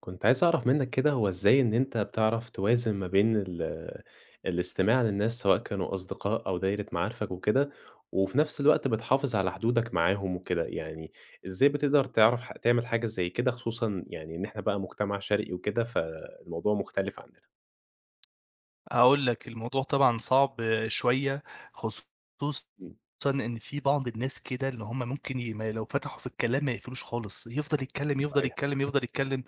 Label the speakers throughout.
Speaker 1: كنت عايز أعرف منّك كده هو إزاي إن أنت بتعرف توازن ما بين الاستماع للناس سواء كانوا أصدقاء أو دايرة معارفك وكده، وفي نفس الوقت بتحافظ على حدودك معاهم وكده، يعني إزاي بتقدر تعرف ح تعمل حاجة زي كده خصوصًا يعني إن إحنا بقى مجتمع شرقي وكده فالموضوع مختلف عننا.
Speaker 2: هاقول لك، الموضوع طبعًا صعب شوية، خصوصًا
Speaker 1: إمم،
Speaker 2: إن في بعض الناس كده اللي هم ممكن ما لو فتحوا في الكلام ما يقفلوش خالص، يفضل يتكلّم، يفضل
Speaker 1: صحيح،
Speaker 2: يتكلّم، يفضل يتكلّم.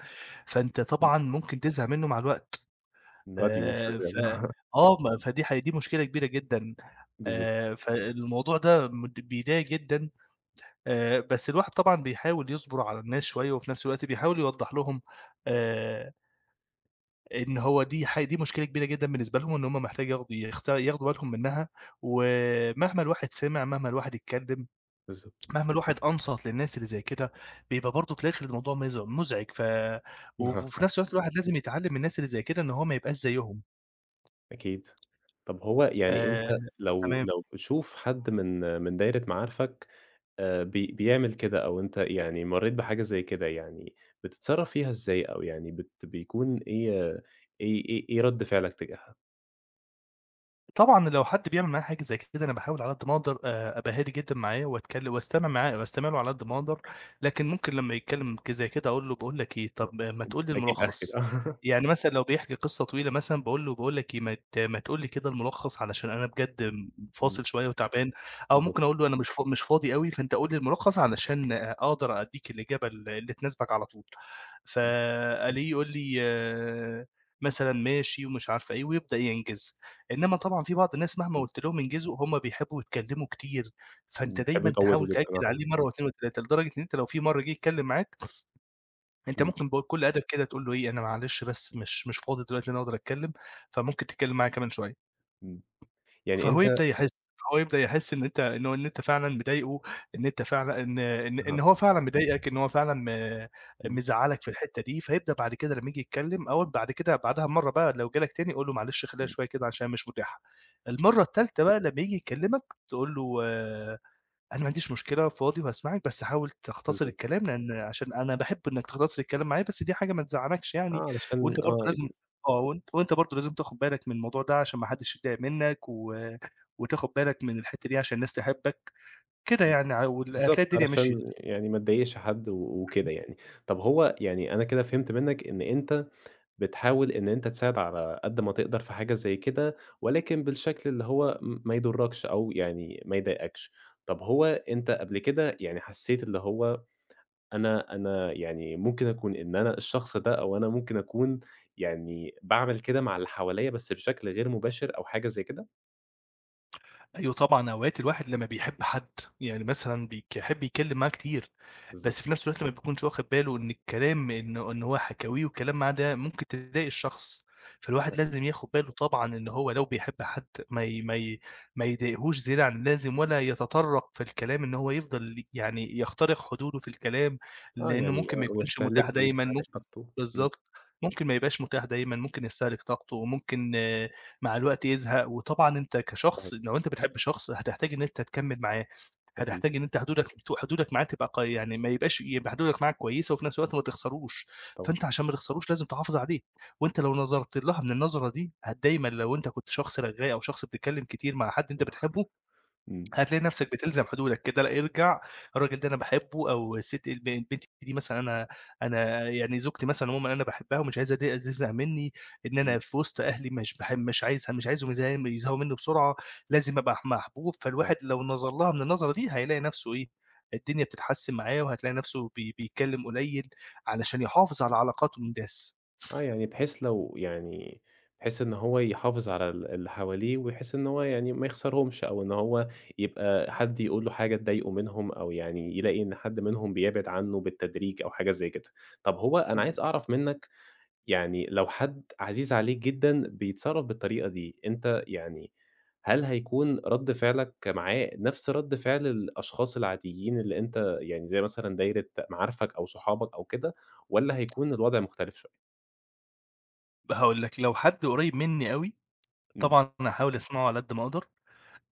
Speaker 2: فأنت طبعًا ممكن تزهق منّه مع الوقت.
Speaker 1: إمم، راديو شغال.
Speaker 2: ف آه، ما فدي ح دي مشكلة كبيرة جدًا.
Speaker 1: بالضبط،
Speaker 2: فالموضوع ده بيضايق جدًا. بس الواحد طبعًا بيحاول يصبر على الناس شوية وفي نفس الوقت بيحاول يوضّح لهم آآ إن هو دي مشكلة كبيرة جدًا بالنسبة لهم، إن هم محتاج ياخدوا ياخدوا بالهم منها. ومهما الواحد سمع، مهما الواحد اتكلم،
Speaker 1: بالضبط،
Speaker 2: مهما الواحد أنصت للناس اللي زي كده، بيبقى برضه في الآخر الموضوع مزعج. ف وف
Speaker 1: آه.
Speaker 2: وفي
Speaker 1: صحيح،
Speaker 2: نفس الوقت الواحد لازم يتعلم من الناس اللي زي كده إن هو ما يبقاش زيهم.
Speaker 1: أكيد. طب هو يعني أنت
Speaker 2: آآ
Speaker 1: لو
Speaker 2: تمام.
Speaker 1: لو بتشوف حد من دايرة معارفك بيعمل كده أو أنت يعني مرّيت بحاجة زي كده، يعني بتتصرّف فيها إزاي أو يعني بيكون إيه رَد فعلك تجاهها؟
Speaker 2: طبعًا لو حد بيعمل معايا حاجة زي كده أنا باحاول على قد ما أقدر أبقى هادي جدًا معاه وأتكلم وأستمع معاه وأستمع له على قد ما أقدر، لكن ممكن لمّا يتكلم زي كده أقول له باقول لك إيه،
Speaker 1: آه،
Speaker 2: طب ما
Speaker 1: إمم،
Speaker 2: تقول لي
Speaker 1: أجيب آخري
Speaker 2: الملخص.
Speaker 1: بقى.
Speaker 2: يعني مثلًا لو بيحكي قصة طويلة مثلًا باقول له باقول لك إيه، ما تقول لي كده الملخص علشان أنا بجد
Speaker 1: إمم،
Speaker 2: فاصل شوية وتعبان. أو ممكن
Speaker 1: بالضبط،
Speaker 2: أقول له أنا مش فاضي أوي فأنت قُل لي الملخص علشان أقدر أديك الإجابة اللي تناسبك على طول. فألاقيه يقول لي آه، مثلًا ماشي ومش عارفة إيه ويبدأ ينجز. إنما طبعًا في بعض الناس مهما
Speaker 1: إمم،
Speaker 2: قُلت لهم انجزوا، هم بيحبّوا يتكلّموا كتير. فأنت
Speaker 1: إمم، كانوا
Speaker 2: دايمًا
Speaker 1: بيطوّلوا
Speaker 2: تحاول
Speaker 1: جدًا.
Speaker 2: تأكّد
Speaker 1: آه،
Speaker 2: عليه مرّة و2 و3 لدرجة إن أنت لو في مرّة جِه يتكلّم معاك، أنت
Speaker 1: إمم،
Speaker 2: ممكن بكل أدب كده تقول له إيه، أنا معلش بس مش فاضي دلوقتي إن أنا أقدر أتكلّم، فممكن تتكلّم معايا كمان شوية.
Speaker 1: إمم، يعني
Speaker 2: فهو
Speaker 1: أنت.
Speaker 2: يبدأ يحس فهو يبدأ يحس إن أنت فعلًا مضايقه، إن أنت فعلًا إن إن
Speaker 1: آه،
Speaker 2: إن هو فعلًا مضايقك، إن هو فعلًا
Speaker 1: إمم،
Speaker 2: مزعّلك في الحتّة دي. فيبدأ بعد كده لمّا ييجي يتكلّم أو بعد كده بعدها بمَرّة بقى لو جالك تاني قُل له معلش خلّيها
Speaker 1: إمم،
Speaker 2: شوية كده عشان مش متاحة. المَرّة التالتة بقى لمّا ييجي يكلّمك تقول له آه، أنا ما عنديش مشكلة، فاضي وهاسمعك، بس حاول تختصر
Speaker 1: بالضبط،
Speaker 2: الكلام، لإن عشان أنا باحب إنك تختصر الكلام معايا، بس دي حاجة ما تزعّلكش يعني.
Speaker 1: آه علشان
Speaker 2: وأنت برضه
Speaker 1: آه،
Speaker 2: لازم
Speaker 1: إمم،
Speaker 2: آه، وأنت وأنت برضه لازم تاخد بالك من الموضوع ده عشان ما حدش يتضايق منك، و وتاخد بالك من الحتّة دي عشان الناس تحبك، كده
Speaker 1: إمم،
Speaker 2: يعني ع وال هتلاقي
Speaker 1: بالضبط
Speaker 2: الدنيا مشيت.
Speaker 1: علشان يعني ما تضايقش حد و وكده يعني. طَب هو يعني أنا كده فهمت منّك إن أنت بتحاول إن أنت تساعد على قد ما تقدر في حاجة زي كده، ولكن بالشكل اللي هو ما يضرّكش أو يعني ما يضايقكش. طب هو أنت قبل كده يعني حسّيت اللي هو أنا يعني ممكن أكون إن أنا الشخص ده أو أنا ممكن أكون يعني باعمل كده مع اللي حواليّا بس بشكل غير مباشر أو حاجة زي كده؟
Speaker 2: أيوه طبعًا، أوقات الواحد لمّا بيحب حد، يعني مثلًا يحب يتكلّم معاه كتير، بس
Speaker 1: بالضبط،
Speaker 2: في نفس الوقت ما بيكونش واخد باله إن الكلام إن إن هو حكاويه والكلام معاه ده ممكن تضايق الشخص. فالواحد
Speaker 1: أكيد.
Speaker 2: لازم ياخد باله طبعًا إن هو لو بيحب حد ما ي ما ي ما يضايقهوش زيادة عن اللازم ولا يتطرّق في الكلام إن هو يفضل يعني يخترق حدوده في الكلام،
Speaker 1: آه،
Speaker 2: لإنه
Speaker 1: يعني
Speaker 2: ممكن ما
Speaker 1: آه،
Speaker 2: يكونش متاح دايمًا،
Speaker 1: ويستهلك
Speaker 2: ممكن
Speaker 1: طاقته. إمم،
Speaker 2: بالضبط، ممكن ما يبقاش متاح دايمًا، ممكن يستهلك طاقته، ممكن مع الوقت يزهق. وطبعًا أنت
Speaker 1: صحيح،
Speaker 2: كشخص لو أنت بتحب شخص هتحتاج إن أنت تكمّل معاه،
Speaker 1: أكيد
Speaker 2: هتحتاج إن أنت حدودك معاه تبقى يعني ما يبقاش يبقى حدودك معاه كويسة وفي نفس الوقت ما تخسروش.
Speaker 1: طبعًا.
Speaker 2: فأنت عشان ما تخسروش لازم تحافظ عليه، وأنت لو نظرت لها من النظرة دي دايمًا لو أنت كنت شخص رغاي أو شخص بتتكلم كتير مع حد أنت بتحبه
Speaker 1: إمم،
Speaker 2: هتلاقي نفسك بتلزم حدودك كده. لأ ارجع الراجل ده أنا باحبه أو الست الب البنت دي مثلًا أنا يعني زوجتي مثلًا عمومًا أنا باحبها ومش عايزها دي تزهق منّي، إن
Speaker 1: إمم،
Speaker 2: أنا في وسط أهلي مش عايزها مش عايزهم يزهقوا منّي بسرعة. لازم أبقى محبوب.
Speaker 1: صحيح.
Speaker 2: فالواحد لو نظر لها من النظرة دي هيلاقي نفسه إيه، الدنيا بتتحسن معاه وهتلاقي نفسه بيتكلم قليل علشان يحافظ على علاقاته بالناس.
Speaker 1: آه، يعني بحيث لو يعني بحيث إن هو يحافظ على اللي حواليه، ويحس إن هو يعني ما يخسرهمش، أو إن هو يبقى حد يقول له حاجة تضايقه منهم، أو يعني يلاقي إن حد منهم بيبعد عنه بالتدريج أو حاجة زي كده. طب هو أنا عايز أعرف منك يعني لو حد عزيز عليك جدًا بيتصرّف بالطريقة دي، أنت يعني هل هيكون رَد فعلك معاه نفس رَد فعل الأشخاص العاديين اللي أنت يعني زي مثلًا دايرة معارفك أو صحابك أو كده، والّا هيكون الوضع مختلف شوية؟
Speaker 2: هاقول لك لو حد قريب منّي أوي،
Speaker 1: إمم.
Speaker 2: طبعًا هاحاول أسمعه على قد ما أقدر.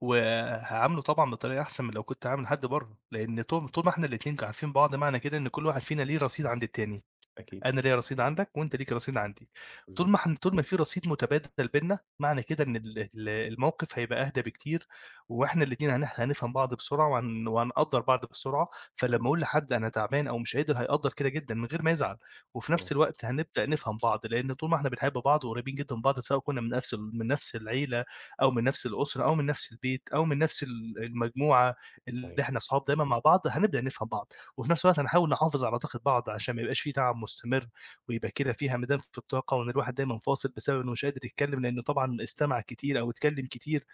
Speaker 2: وهاعامله طبعًا بطريقة أحسن من لو كنت هاعامل حد برّه، لإن طول ما إحنا الاتنين عارفين بعض معنى كده إن كل واحد فينا ليه رصيد عند التاني.
Speaker 1: أكيد،
Speaker 2: أنا ليّا رصيد عندك وأنت ليك رصيد عندي.
Speaker 1: بالضبط،
Speaker 2: طول ما في رصيد متبادل بيننا، معنى كده إن ال ال الموقف هيبقى أهدى بكتير، وإحنا الاتنين هنفهم بعض بسرعة وهن وهنقدّر بعض بسرعة. فلمّا
Speaker 1: إمم،
Speaker 2: أقول لحد أنا تعبان أو مش قادر هيقدّر كده جدًا من غير ما يزعل، وفي نفس
Speaker 1: طبعًا
Speaker 2: الوقت هنبدأ نفهم بعض، لإن طول ما إحنا بنحب بعض وقريبين جدًا من بعض سواء كنا من نفس ال من نفس العيلة أو من نفس الأسرة أو من نفس البيت أو من نفس ال المجموعة
Speaker 1: صحيح.
Speaker 2: اللي إحنا صحاب دايمًا مع بعض، هنبدأ نفهم بعض. وفي نفس الوقت هنحاول نحافظ على طاقة بعض عشان ما يبقاش في تعب مستمر، ويبقى كده في همدان في الطاقة وإن الواحد دايمًا فاصل بسبب إنه مش قادر يتكلم لإنه طبعًا استمع كتير أو اتكلم كتير.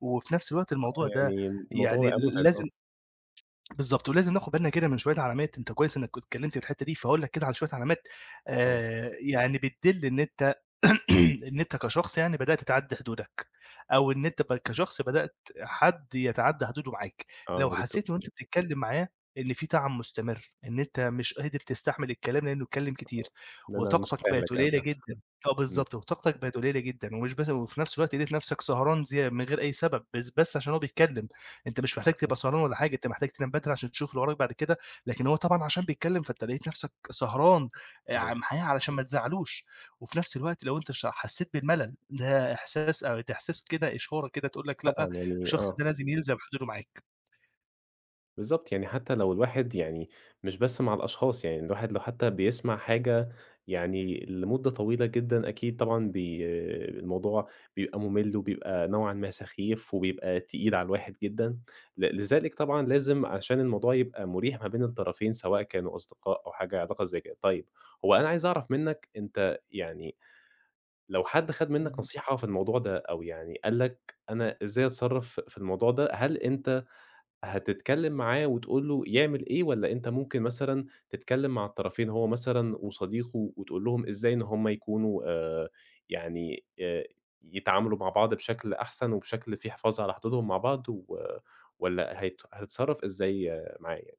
Speaker 2: وفي نفس الوقت
Speaker 1: آه،
Speaker 2: الموضوع ده
Speaker 1: يعني الموضوع
Speaker 2: يعني
Speaker 1: بقى متعب
Speaker 2: لازم
Speaker 1: آه،
Speaker 2: بالضبط، ولازم ناخد بالنا كده من شوية علامات. أنت كويس إنك كنت اتكلمت في الحتة دي، فهاقول لك كده على شوية علامات
Speaker 1: طبعًا،
Speaker 2: يعني بتدل إن أنت إن أنت كشخص يعني بدأت تعدّي حدودك، أو إن أنت
Speaker 1: إمم،
Speaker 2: كشخص بدأت حد يتعدّى حدوده معاك.
Speaker 1: آه،
Speaker 2: لو
Speaker 1: يا ريت تقول
Speaker 2: حسيت
Speaker 1: لي،
Speaker 2: وأنت بتتكلم معاه إن في تعب مستمر، إن أنت مش قادر تستحمل الكلام لإنه اتكلم كتير،
Speaker 1: ده أنا
Speaker 2: وطاقتك بقت
Speaker 1: مستاهلك أوي
Speaker 2: قليلة جدًا. آه
Speaker 1: إمم،
Speaker 2: بالضبط، وطاقتك بقت قليلة جدًا. ومش بس وفي نفس الوقت لقيت نفسك سهران زي من غير أي سبب، بس عشان هو بيتكلم. أنت مش محتاج تبقى سهران ولا حاجة، أنت محتاج تنام بدري عشان تشوف اللي وراك بعد كده. لكن هو طبعًا عشان بيتكلّم فأنت لقيت نَفْسك سهران
Speaker 1: صحيح،
Speaker 2: معاه علشان ما تزعّلوش. وفي نَفْس الوقت لو أنت حسّيت بالملل ده إحساس كده إشارة كده تقول لك لأ،
Speaker 1: طبعًا يعني
Speaker 2: الشخص
Speaker 1: آه.
Speaker 2: ده لازم يلزم حدوده
Speaker 1: بالضبط، يعني حتى لو الواحد يعني مش بس مع الأشخاص، يعني الواحد لو حتى بيسمع حاجة يعني لمدة طويلة جدًا أكيد طبعًا الموضوع بيبقى مُمِل وبيبقى نوعًا ما سخيف وبيبقى تقيل على الواحد جدًا، لذلك طبعًا لازم عشان الموضوع يبقى مُريح ما بين الطرفين سواء كانوا أصدقاء أو حاجة علاقة زي كده. طيب، هو أنا عايز أعرف منّك أنت يعني لو حد خَد منّك
Speaker 2: معاك.
Speaker 1: نصيحة في الموضوع ده أو يعني قال لك أنا إزاي أتصرّف في الموضوع ده، هل أنت هتتكلّم معاه وتقول له يعمل إيه، والّا أنت ممكن مثلًا تتكلّم مع الطرفين هو مثلًا وصديقه وتقول لهم إزاي إن هم يكونوا يعني يتعاملوا مع بعض بشكل أحسن وبشكل فيه حفاظ على حدودهم مع بعض والّا هتتصرّف إزاي آه، معاه يعني؟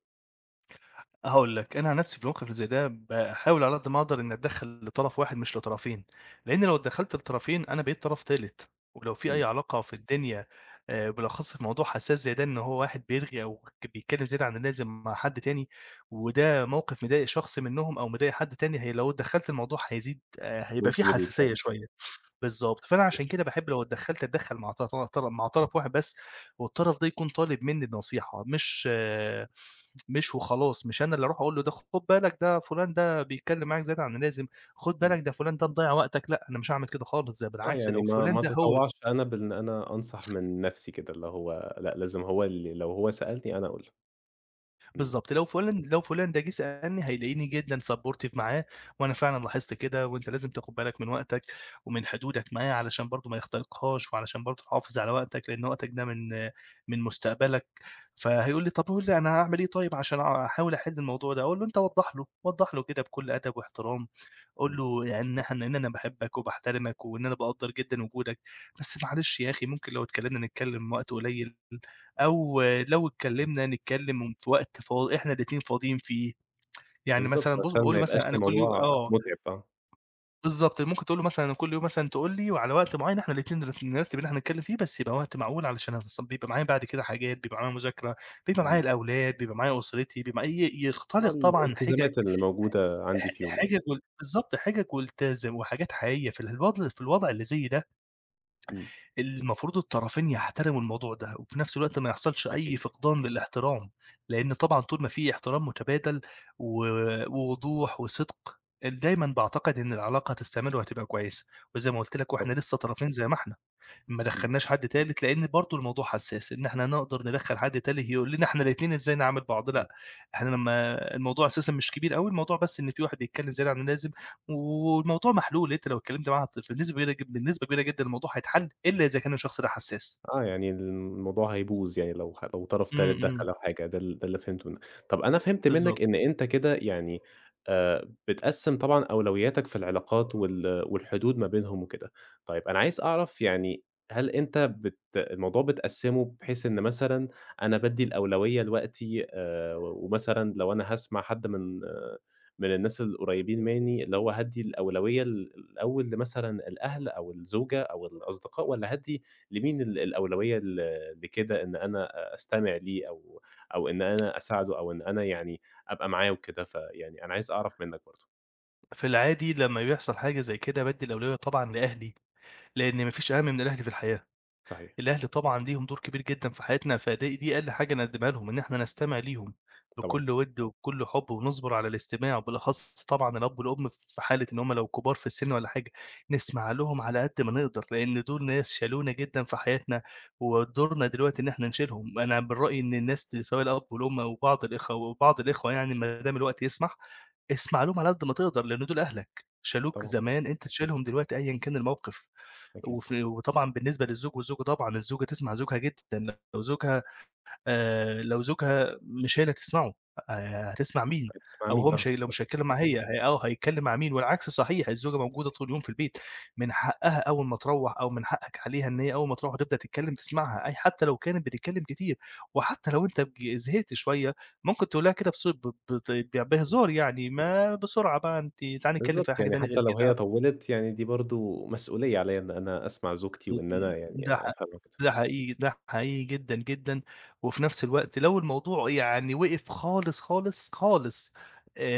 Speaker 2: هاقول لك، أنا عن نفسي في الموقف اللي زي ده باحاول على قد ما أقدر إني أتدخّل لطرف واحد مش لطرفين، لإن لو اتدخّلت لطرفين أنا بقيت طرف تالت. ولو في أي
Speaker 1: إمم،
Speaker 2: علاقة في الدنيا بالأخص في موضوع حساس زي ده إن هو واحد بيرغي أو بيتكلّم زيادة عن اللازم مع حد تاني، وده موقف مضايق شخص منّهم أو مضايق حد تاني هي لو اتدخّلت الموضوع هيزيد هيبقى في
Speaker 1: ممكن يبوظ
Speaker 2: حساسية
Speaker 1: آه.
Speaker 2: شوية. بالضبط، فأنا عشان
Speaker 1: صحيح،
Speaker 2: كده باحب لو اتدخّلت اتدخّل مع ط ط مع طرف واحد بس، والطرف ده يكون طالب منّي النصيحة مش آه، مش وخلاص، مش أنا اللي أروح أقول له ده خُد بالك ده فلان ده بيتكلّم معاك زيادة عن اللازم، خُد
Speaker 1: إمم.
Speaker 2: بالك ده فلان ده مضيّع وقتك، لأ أنا مش هاعمل كده خالص، ده
Speaker 1: آه،
Speaker 2: بالعكس
Speaker 1: يعني
Speaker 2: لو
Speaker 1: ما
Speaker 2: فلان
Speaker 1: ما
Speaker 2: ده هو
Speaker 1: أتطوّعش أنا بإن أنا أنصح من نَفْسي كده اللي هو لأ، لازم هو اللي لو هو سألني أنا أقول له. إمم.
Speaker 2: بالضبط، لو فلان ده جه سألني هيلاقيني جدًا supportive معاه. وأنا فعلًا لاحظت كده، وأنت لازم تاخد بالك من وقتك ومن حدودك معاه علشان برضه ما يخترقهاش، وعلشان برضه تحافظ على وقتك، لأن وقتك ده من مستقبلك. فهيقول لي طب قُل لي أنا هاعمل إيه طيب عشان أحاول أحل الموضوع ده؟ أقول له أنت وضّح له، وضّح له كده بكل أدب واحترام. قُل
Speaker 1: إمم،
Speaker 2: له يعني إن أنا باحبك وباحترمك وإن أنا باقدّر جدًا وجودك، بس معلش يا أخي ممكن لو اتكلمنا نتكلم وقت قليل. أو لو
Speaker 1: آه،
Speaker 2: اتكلّمنا نتكلّم في وقت فاض إحنا الاتنين فاضيين فيه. يعني
Speaker 1: بالضبط
Speaker 2: مثلًا بُص
Speaker 1: عشان
Speaker 2: باقول
Speaker 1: ما
Speaker 2: له
Speaker 1: يبقاش
Speaker 2: مثلًا أنا كل يوم
Speaker 1: الموضوع
Speaker 2: آه،
Speaker 1: مُتعب آه،
Speaker 2: بالضبط، ممكن تقول له مثلًا أنا كل يوم مثلًا تقول لي وعلى وقت معيّن إحنا الاتنين نرتّب إن إحنا نتكلّم فيه، بس يبقى وقت معقول علشان أصل بيبقى معايا بعد كده حاجات، بيبقى معايا مذاكرة، بيبقى معايا
Speaker 1: إمم.
Speaker 2: الأولاد، بيبقى معايا أسرتي، بيبقى
Speaker 1: آه،
Speaker 2: يختلق طبعًا حِجَج.
Speaker 1: الالتزامات اللي موجودة عندي في يومي يعني،
Speaker 2: حِجَج وال بالضبط، حِجَج والتزم وحاجات حقيقية في الوضع اللي زي ده
Speaker 1: إمم.
Speaker 2: المفروض الطرفين يحترموا الموضوع ده، وفي نفس الوقت ما يحصلش أي
Speaker 1: أكيد
Speaker 2: فقدان للاحترام. لإن طبعًا طول ما في احترام متبادل و ووضوح وصدق، دايمًا باعتقد إن العلاقة هتستمر وهتبقى كويسة. وزي ما قُلت لك
Speaker 1: طبعًا.
Speaker 2: وإحنا لسه طرفين زي ما إحنا. ما
Speaker 1: إمم،
Speaker 2: دخلناش حد تالت، لإن برضه الموضوع حساس، إن إحنا نقدر ندخّل حد تالت يقول لنا إحنا الاتنين إزاي نعامل بعض، لأ.
Speaker 1: إمم.
Speaker 2: إحنا لمّا الموضوع أساسًا مش كبير أوي، الموضوع بس إن في واحد بيتكلّم زيادة عن اللازم، والموضوع محلول. أنت لو اتكلّمت معاه بنسبة كبيرة جدًا الموضوع هيتحل، إلا إذا كان الشخص ده حساس.
Speaker 1: آه، يعني الموضوع هيبوظ يعني لو طرف تالت
Speaker 2: إمم، إمم،
Speaker 1: دخل أو حاجة، ده اللي فهمته منّك. طَب أنا فهمت
Speaker 2: بالضبط.
Speaker 1: منّك إن أنت كده يعني بتقسّم طبعًا أولوياتك في العلاقات والحدود ما بينهم وكده. طيب أنا عايز أعرف يعني هل أنت الموضوع بتقسّمه بحيث إن مثلًا أنا بادّي الأولوية لوقتي ومثلًا لو أنا هاسمع حد من من الناس القريّبين منّي، اللي هو هادّي الأولوية الأول لمثلًا الأهل أو الزوجة أو الأصدقاء والّا هادّي لمين الأولوية ل لكده إن أنا أستمع ليه أو إن أنا أساعده أو إن أنا يعني أبقى معاه وكده، فيعني أنا عايز أعرف منّك برضه.
Speaker 2: في العادي لمّا بيحصل حاجة زي كده بادّي الأولوية طبعًا لأهلي، لإن ما فيش أهم من الأهل في الحياة.
Speaker 1: صحيح،
Speaker 2: الأهل طبعًا ليهم دور كبير جدًا في حياتنا، دي أقل حاجة نقدّمها لهم، إن إحنا نستمع ليهم
Speaker 1: طبعًا،
Speaker 2: بكل وِد وبكل حُب ونصبر على الاستماع، وبالأخص طبعًا الأب والأم في حالة إن هُم لو كبار في السِن والّا حاجة، نسمع لهم على قد ما نقدر، لإن دول ناس شالونا جدًا في حياتنا، ودورنا دلوقتي إن إحنا نشيلهم. أنا من رأيي إن الناس دي، سواء الأب والأم أو بعض الإخوة وبعض الإخوة يعني ما دام الوقت يسمح، اسمع لهم على قد ما تقدر، لإن دول أهلك، شالوك
Speaker 1: طبعًا،
Speaker 2: زمان، أنت تشيلهم دلوقتي أيًا كان الموقف.
Speaker 1: أكيد.
Speaker 2: وف وطبعًا بالنسبة للزوج والزوجة، طبعًا الزوجة تسمع زوجها جدًا. لو زوجها لو زوجها مش هي اللي هتسمعه، هتسمع مين؟
Speaker 1: هتسمع
Speaker 2: أو هو
Speaker 1: مين؟ آه،
Speaker 2: مش هي لو مش
Speaker 1: بالضبط،
Speaker 2: هيتكلم معاها، هي، هيتكلم مع مين؟ والعكس صحيح، الزوجة موجودة طول اليوم في البيت. من حقها أول ما تروّح، أو من حقك عليها إن هي أول ما تروّح وتبدأ تتكلم تسمعها، أي حتى لو كانت بتتكلم كتير. وحتى لو أنت زهقت شوية ممكن تقول لها كده: بص، ب بط ب
Speaker 1: إمم.
Speaker 2: بهزار يعني، ما بسرعة بقى أنتِ، تعالي نتكلم في
Speaker 1: بالضبط،
Speaker 2: حاجة
Speaker 1: يعني
Speaker 2: تانية غير
Speaker 1: حتى لو
Speaker 2: كده.
Speaker 1: هي طوّلت يعني دي برضه مسؤولية عليّا إن أنا أسمع زوجتي وإن أنا يعني
Speaker 2: ده حق
Speaker 1: أفهمها وكده.
Speaker 2: ده حقيقي جدًا، جدًا. وفي نفس الوقت لو الموضوع يعني وقف خالص، خالص، خالص،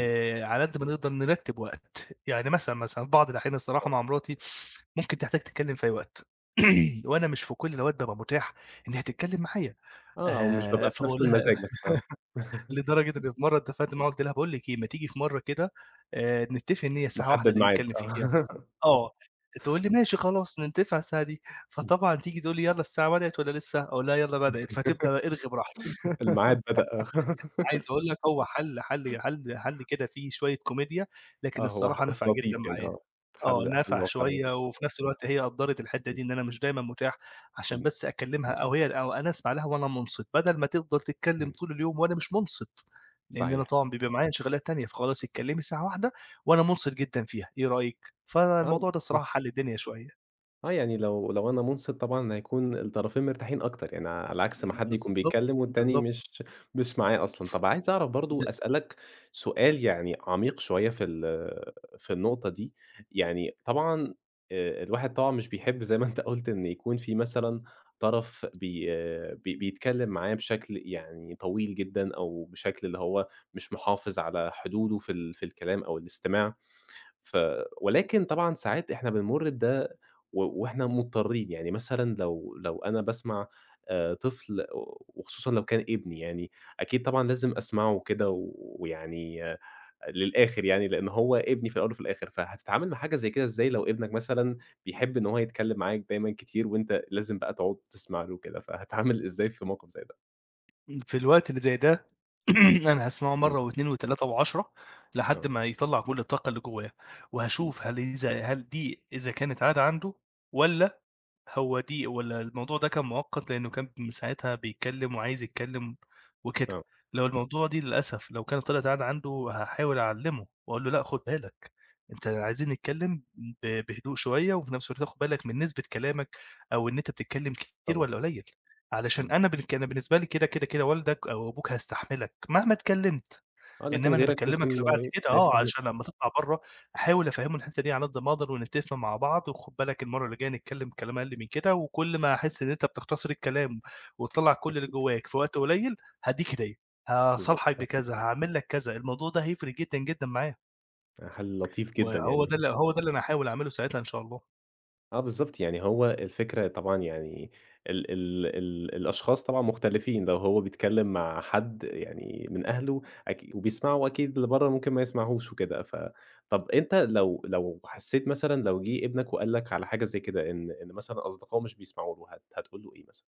Speaker 1: إمم،
Speaker 2: على قد ما نقدر نرتّب وقت. يعني مثلًا في بعض الأحيان
Speaker 1: آه.
Speaker 2: الصراحة، مع مراتي ممكن تحتاج تتكلم في أي وقت، وأنا مش في كل الأوقات بابقى متاح إن هي تتكلم معايا.
Speaker 1: آه، أو مش بابقى في نفس
Speaker 2: فباقول لها
Speaker 1: المزاج مثلًا، آه.
Speaker 2: لدرجة إن في مرة اتفقت معاها، قُلت لها: "باقول لِك إيه، ما تيجي في مرة كده نتفق إن هي الساعة 13:00
Speaker 1: نحدد
Speaker 2: اللي
Speaker 1: ميعاد،
Speaker 2: نتكلم فيها."
Speaker 1: آه.
Speaker 2: آه، تقول لي: "ماشي خلاص ننتفع الساعة دي." فطبعًا تيجي تقول لي: "يالّا الساعة بدأت والّا لسه؟" أقول لها: "يالّا بدأت." فتبدأ بقى ارغي براحتك.
Speaker 1: الميعاد بدأ، آه.
Speaker 2: عايز أقول لك، هو حَل كده فيه شوية كوميديا، لكن
Speaker 1: آه، هو
Speaker 2: الصراحة
Speaker 1: بس
Speaker 2: نفع
Speaker 1: لطيف
Speaker 2: جدًا
Speaker 1: يعني،
Speaker 2: معايا.
Speaker 1: آه.
Speaker 2: آه،
Speaker 1: حل
Speaker 2: نفع
Speaker 1: واقعي.
Speaker 2: شوية، وفي نفس الوقت هي قدّرت الحتّة دي، إن أنا مش دايمًا متاح عشان
Speaker 1: إمم،
Speaker 2: بس أكلّمها، أو هي، أو أنا أسمع لها وأنا مُنصِت، بدل ما تفضل تتكلّم
Speaker 1: إمم،
Speaker 2: طول اليوم وأنا مش مُنصِت. لإن أنا
Speaker 1: صحيح.
Speaker 2: طبعًا بيبقى معايا انشغالات تانية، فخلاص اتكلّمي ساعة واحدة وأنا مُنصِت جدًا فيها، إيه رأيِك؟
Speaker 1: آه،
Speaker 2: فالموضوع ده
Speaker 1: إمم،
Speaker 2: الصراحة حَل الدنيا شوية.
Speaker 1: آه، يعني لو أنا مُنصِت طبعًا هيكون الطرفين مرتاحين أكتر، يعني على عكس ما حد يكون
Speaker 2: بالضبط،
Speaker 1: بيتكلّم والتاني
Speaker 2: بالضبط.
Speaker 1: مش معاه أصلًا. طَب عايز أعرف
Speaker 2: د
Speaker 1: برضه أسألك سؤال يعني عميق شوية في النقطة دي، يعني طبعًا الواحد طبعًا مش بيحب زي ما أنت قُلت إن يكون في مثلًا طرف بي بي بيتكلّم معاه بشكل يعني طويل جدًا أو بشكل اللي هو مش محافظ على حدوده في الكلام أو الاستماع. ف ولكن طبعًا ساعات إحنا بنمُر بده و وإحنا مضطرين، يعني مثلًا لو أنا باسمع طفل وخصوصًا لو كان ابني يعني، أكيد طبعًا لازم أسمعه كده ويعني للآخر يعني، لإن هو ابني في الأول وفي الآخر، فهتتعامل مع حاجة زي كده إزاي لو ابنك مثلًا بيحب إن هو يتكلم معاك دايمًا كتير وأنت لازم بقى تقعد تسمع له كده، فهتتعامل إزاي في موقف زي ده؟
Speaker 2: في الوقت اللي زي ده أنا هاسمعه
Speaker 1: إمم،
Speaker 2: مرّة و2 و3 و10 لحد
Speaker 1: آه،
Speaker 2: ما يطلّع كل الطاقة اللي جوّاه،
Speaker 1: إمم،
Speaker 2: وهاشوف هل دي إذا كانت عادة عنده، والّا هو دي والّا الموضوع ده كان مؤقت، لإنه كان من ساعتها بيتكلم وعايز يتكلم وكده.
Speaker 1: آه،
Speaker 2: لو الموضوع دي للأسف لو كانت طلعت عاد عنده، هاحاول أعلّمه وأقول له: لأ، خُد بالك، أنت عايزين نتكلم بهدوء شوية، وفي نفس الوقت تاخد بالك من نسبة كلامك، أو إن أنت بتتكلم كتير
Speaker 1: طبعًا،
Speaker 2: والّا قليل، علشان
Speaker 1: إمم،
Speaker 2: أنا بالك أنا بالنسبة لي كده، كده، كده، والدك أو أبوك هيستحملك مهما اتكلمت.
Speaker 1: آه، لكن
Speaker 2: إنما أنا
Speaker 1: غيرك ممكن
Speaker 2: باكلّمك في
Speaker 1: ما
Speaker 2: بعد
Speaker 1: ي
Speaker 2: كده،
Speaker 1: ما
Speaker 2: آه، علشان
Speaker 1: يستحملش،
Speaker 2: لمّا تطلع برّه أحاول أفهّمه الحتّة دي على قد ما أقدر، ونتفق مع بعض، وخُد بالك المَرّة اللي جاية نتكلّم كلام أقل من كده، وكلّ ما أحس إن أنت بتختصر الكلام وتطلّع كلّ اللي
Speaker 1: أكيد،
Speaker 2: جوّاك في وقت قليّل، هادّيك هدية،
Speaker 1: بالضبط.
Speaker 2: هاصالحك بكذا، هاعمل لك كذا، الموضوع ده هيفرق جدًا، جدًا معاه.
Speaker 1: حل لطيف جدًا
Speaker 2: وهو
Speaker 1: يعني.
Speaker 2: ده اللي هو ده اللي أنا هاحاول أعمله ساعتها إن شاء الله.
Speaker 1: آه بالضبط، يعني هو الفكرة طبعًا يعني ال ال ال الأشخاص طبعًا مختلفين، لو هو بيتكلّم مع حد يعني من أهله وبيسمعوا أكيد اللي برّه ممكن ما يسمعهوش وكده، طَب أنت لو حسّيت مثلًا لو جِه ابنك وقال لك على حاجة زي كده إن مثلًا أصدقائه مش بيسمعوا له، هتقول له إيه مثلًا؟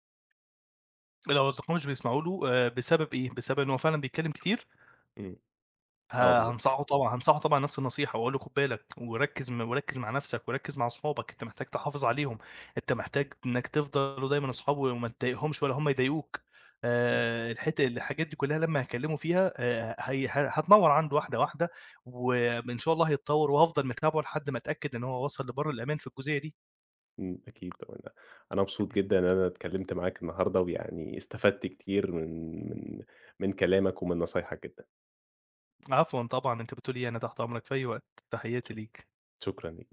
Speaker 2: لو أصدقائه مش بيسمعوا له، بسبب إيه؟ بسبب إن هو فعلًا بيتكلّم كتير؟
Speaker 1: إمم.
Speaker 2: ه
Speaker 1: آه بالضبط.
Speaker 2: هانصحه طبعًا، هانصحه طبعًا نفس النصيحة، وأقول له: خُد بالك وركّز، وركّز مع نفسك وركّز مع أصحابك، أنت محتاج تحافظ عليهم، أنت محتاج إنّك تفضلوا دايمًا أصحاب، وما تضايقهمش ولا هم يضايقوك.
Speaker 1: إمم،
Speaker 2: الحاجات دي كُلّها لمّا هاكلّمه فيها، هي هتنوّر عنده واحدة، واحدة، وإن شاء الله هيتطوّر، وهافضل متابعه لحد ما أتأكد إن هو وصل لبَر الأمان في الجزئية دي.
Speaker 1: إمم، أكيد طبعًا. أنا مبسوط جدًا إن أنا اتكلّمت معاك النهارده ويعني استفدت كتير من كلامك ومن نصايحك جدًا.
Speaker 2: عفوًا طبعًا، أنت بتقول إيه، أنا تحت أمرك في أي وقت، تحياتي ليك.
Speaker 1: شكرًا ليكِ.